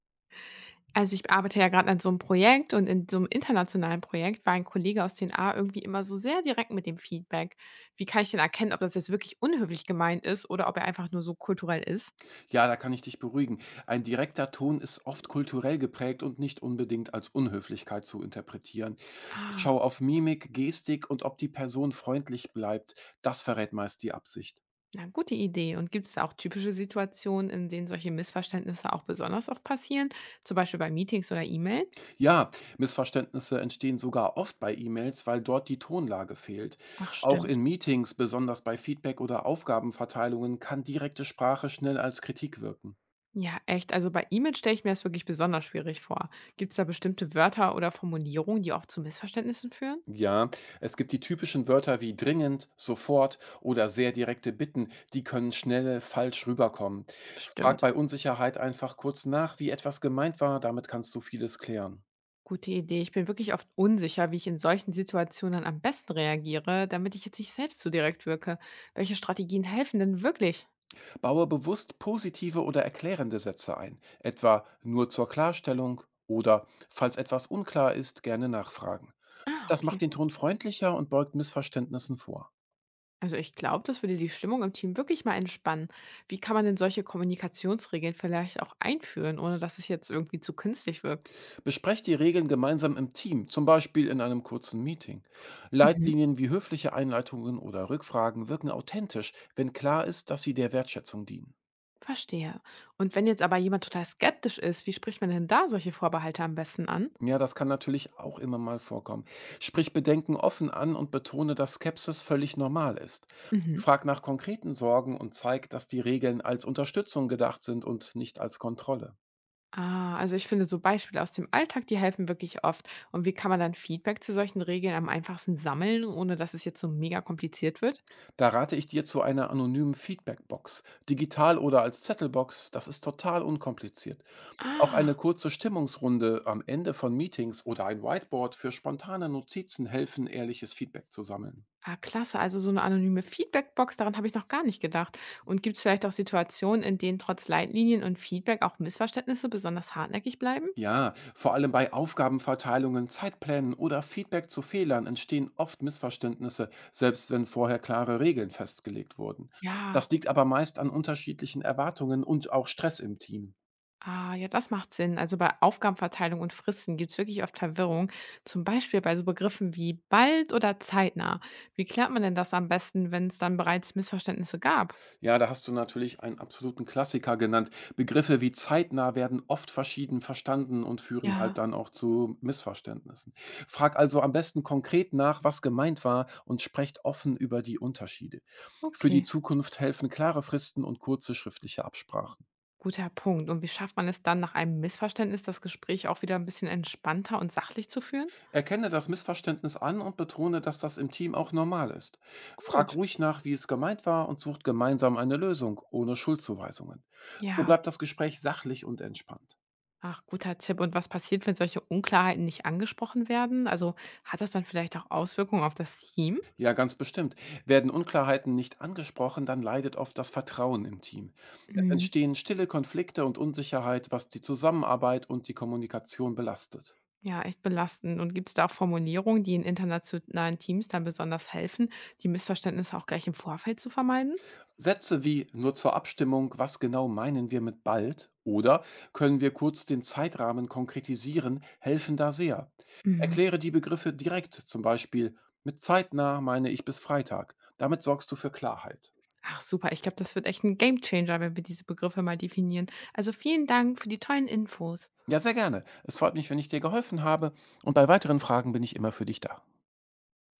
Also, ich arbeite ja gerade an so einem Projekt und in so einem internationalen Projekt war ein Kollege aus den A irgendwie immer so sehr direkt mit dem Feedback. Wie kann ich denn erkennen, ob das jetzt wirklich unhöflich gemeint ist oder ob er einfach nur so kulturell ist? Ja, da kann ich dich beruhigen. Ein direkter Ton ist oft kulturell geprägt und nicht unbedingt als Unhöflichkeit zu interpretieren. Ah, Schau auf Mimik, Gestik und ob die Person freundlich bleibt. Das verrät meist die Absicht. na, gute Idee. Und gibt es da auch typische Situationen, in denen solche Missverständnisse auch besonders oft passieren, zum Beispiel bei Meetings oder E-Mails? Ja, Missverständnisse entstehen sogar oft bei E-Mails, weil dort die Tonlage fehlt. Ach, Auch in stimmt. Meetings, besonders bei Feedback oder Aufgabenverteilungen, kann direkte Sprache schnell als Kritik wirken. Ja, echt. Also, bei E-Mails stelle ich mir das wirklich besonders schwierig vor. Gibt es da bestimmte Wörter oder Formulierungen, die auch zu Missverständnissen führen? Ja, es gibt die typischen Wörter wie dringend, sofort oder sehr direkte Bitten, die können schnell falsch rüberkommen. Frag Stimmt. bei Unsicherheit einfach kurz nach, wie etwas gemeint war, damit kannst du vieles klären. Gute Idee. Ich bin wirklich oft unsicher, wie ich in solchen Situationen am besten reagiere, damit ich jetzt nicht selbst zu direkt wirke. Welche Strategien helfen denn wirklich? Baue bewusst positive oder erklärende Sätze ein, etwa nur zur Klarstellung oder falls etwas unklar ist, gerne nachfragen. Ah, Das macht okay. den Ton freundlicher und beugt Missverständnissen vor. Also ich glaube, das würde die Stimmung im Team wirklich mal entspannen. Wie kann man denn solche Kommunikationsregeln vielleicht auch einführen, ohne dass es jetzt irgendwie zu künstlich wirkt? Besprecht die Regeln gemeinsam im Team, zum Beispiel in einem kurzen Meeting. Mhm. Leitlinien wie höfliche Einleitungen oder Rückfragen wirken authentisch, wenn klar ist, dass sie der Wertschätzung dienen. Verstehe. Und wenn jetzt aber jemand total skeptisch ist, wie spricht man denn da solche Vorbehalte am besten an? Ja, das kann natürlich auch immer mal vorkommen. Sprich Bedenken offen an und betone, dass Skepsis völlig normal ist. Mhm. Frag nach konkreten Sorgen und zeig, dass die Regeln als Unterstützung gedacht sind und nicht als Kontrolle. Ah, also ich finde so Beispiele aus dem Alltag, die helfen wirklich oft. Und wie kann man dann Feedback zu solchen Regeln am einfachsten sammeln, ohne dass es jetzt so mega kompliziert wird? Da rate ich dir zu einer anonymen Feedbackbox, digital oder als Zettelbox, das ist total unkompliziert. Auch eine Ah, kurze Stimmungsrunde am Ende von Meetings oder ein Whiteboard für spontane Notizen helfen, ehrliches Feedback zu sammeln. Klasse. Also so eine anonyme Feedbackbox, daran habe ich noch gar nicht gedacht. Und gibt es vielleicht auch Situationen, in denen trotz Leitlinien und Feedback auch Missverständnisse besonders hartnäckig bleiben? Ja, vor allem bei Aufgabenverteilungen, Zeitplänen oder Feedback zu Fehlern entstehen oft Missverständnisse, selbst wenn vorher klare Regeln festgelegt wurden. Das Ja. liegt aber meist an unterschiedlichen Erwartungen und auch Stress im Team. Ah, ja, das macht Sinn. Also bei Aufgabenverteilung und Fristen gibt es wirklich oft Verwirrung. Zum Beispiel bei so Begriffen wie bald oder zeitnah. Wie klärt man denn das am besten, wenn es dann bereits Missverständnisse gab? Ja, da hast du natürlich einen absoluten Klassiker genannt. Begriffe wie zeitnah werden oft verschieden verstanden und führen halt Ja, dann auch zu Missverständnissen. Frag also am besten konkret nach, was gemeint war und sprecht offen über die Unterschiede. Für die okay. Zukunft helfen klare Fristen und kurze schriftliche Absprachen. Guter Punkt. Und wie schafft man es dann nach einem Missverständnis, das Gespräch auch wieder ein bisschen entspannter und sachlich zu führen? Erkenne das Missverständnis an und betone, dass das im Team auch normal ist. Frag Gut. ruhig nach, wie es gemeint war und sucht gemeinsam eine Lösung, ohne Schuldzuweisungen. So Ja. bleibt das Gespräch sachlich und entspannt. Ach, guter Tipp. Und was passiert, wenn solche Unklarheiten nicht angesprochen werden? Also hat das dann vielleicht auch Auswirkungen auf das Team? Ja, ganz bestimmt. Werden Unklarheiten nicht angesprochen, dann leidet oft das Vertrauen im Team. Es entstehen stille Konflikte und Unsicherheit, was die Zusammenarbeit und die Kommunikation belastet. Ja, echt belastend. Und gibt es da auch Formulierungen, die in internationalen Teams dann besonders helfen, die Missverständnisse auch gleich im Vorfeld zu vermeiden? Sätze wie nur zur Abstimmung, was genau meinen wir mit bald oder können wir kurz den Zeitrahmen konkretisieren, helfen da sehr. Mhm. Erkläre die Begriffe direkt, zum Beispiel mit zeitnah meine ich bis Freitag. Damit sorgst du für Klarheit. Ach super, ich glaube, das wird echt ein Gamechanger, wenn wir diese Begriffe mal definieren. Also vielen Dank für die tollen Infos. Ja, sehr gerne. Es freut mich, wenn ich dir geholfen habe und bei weiteren Fragen bin ich immer für dich da.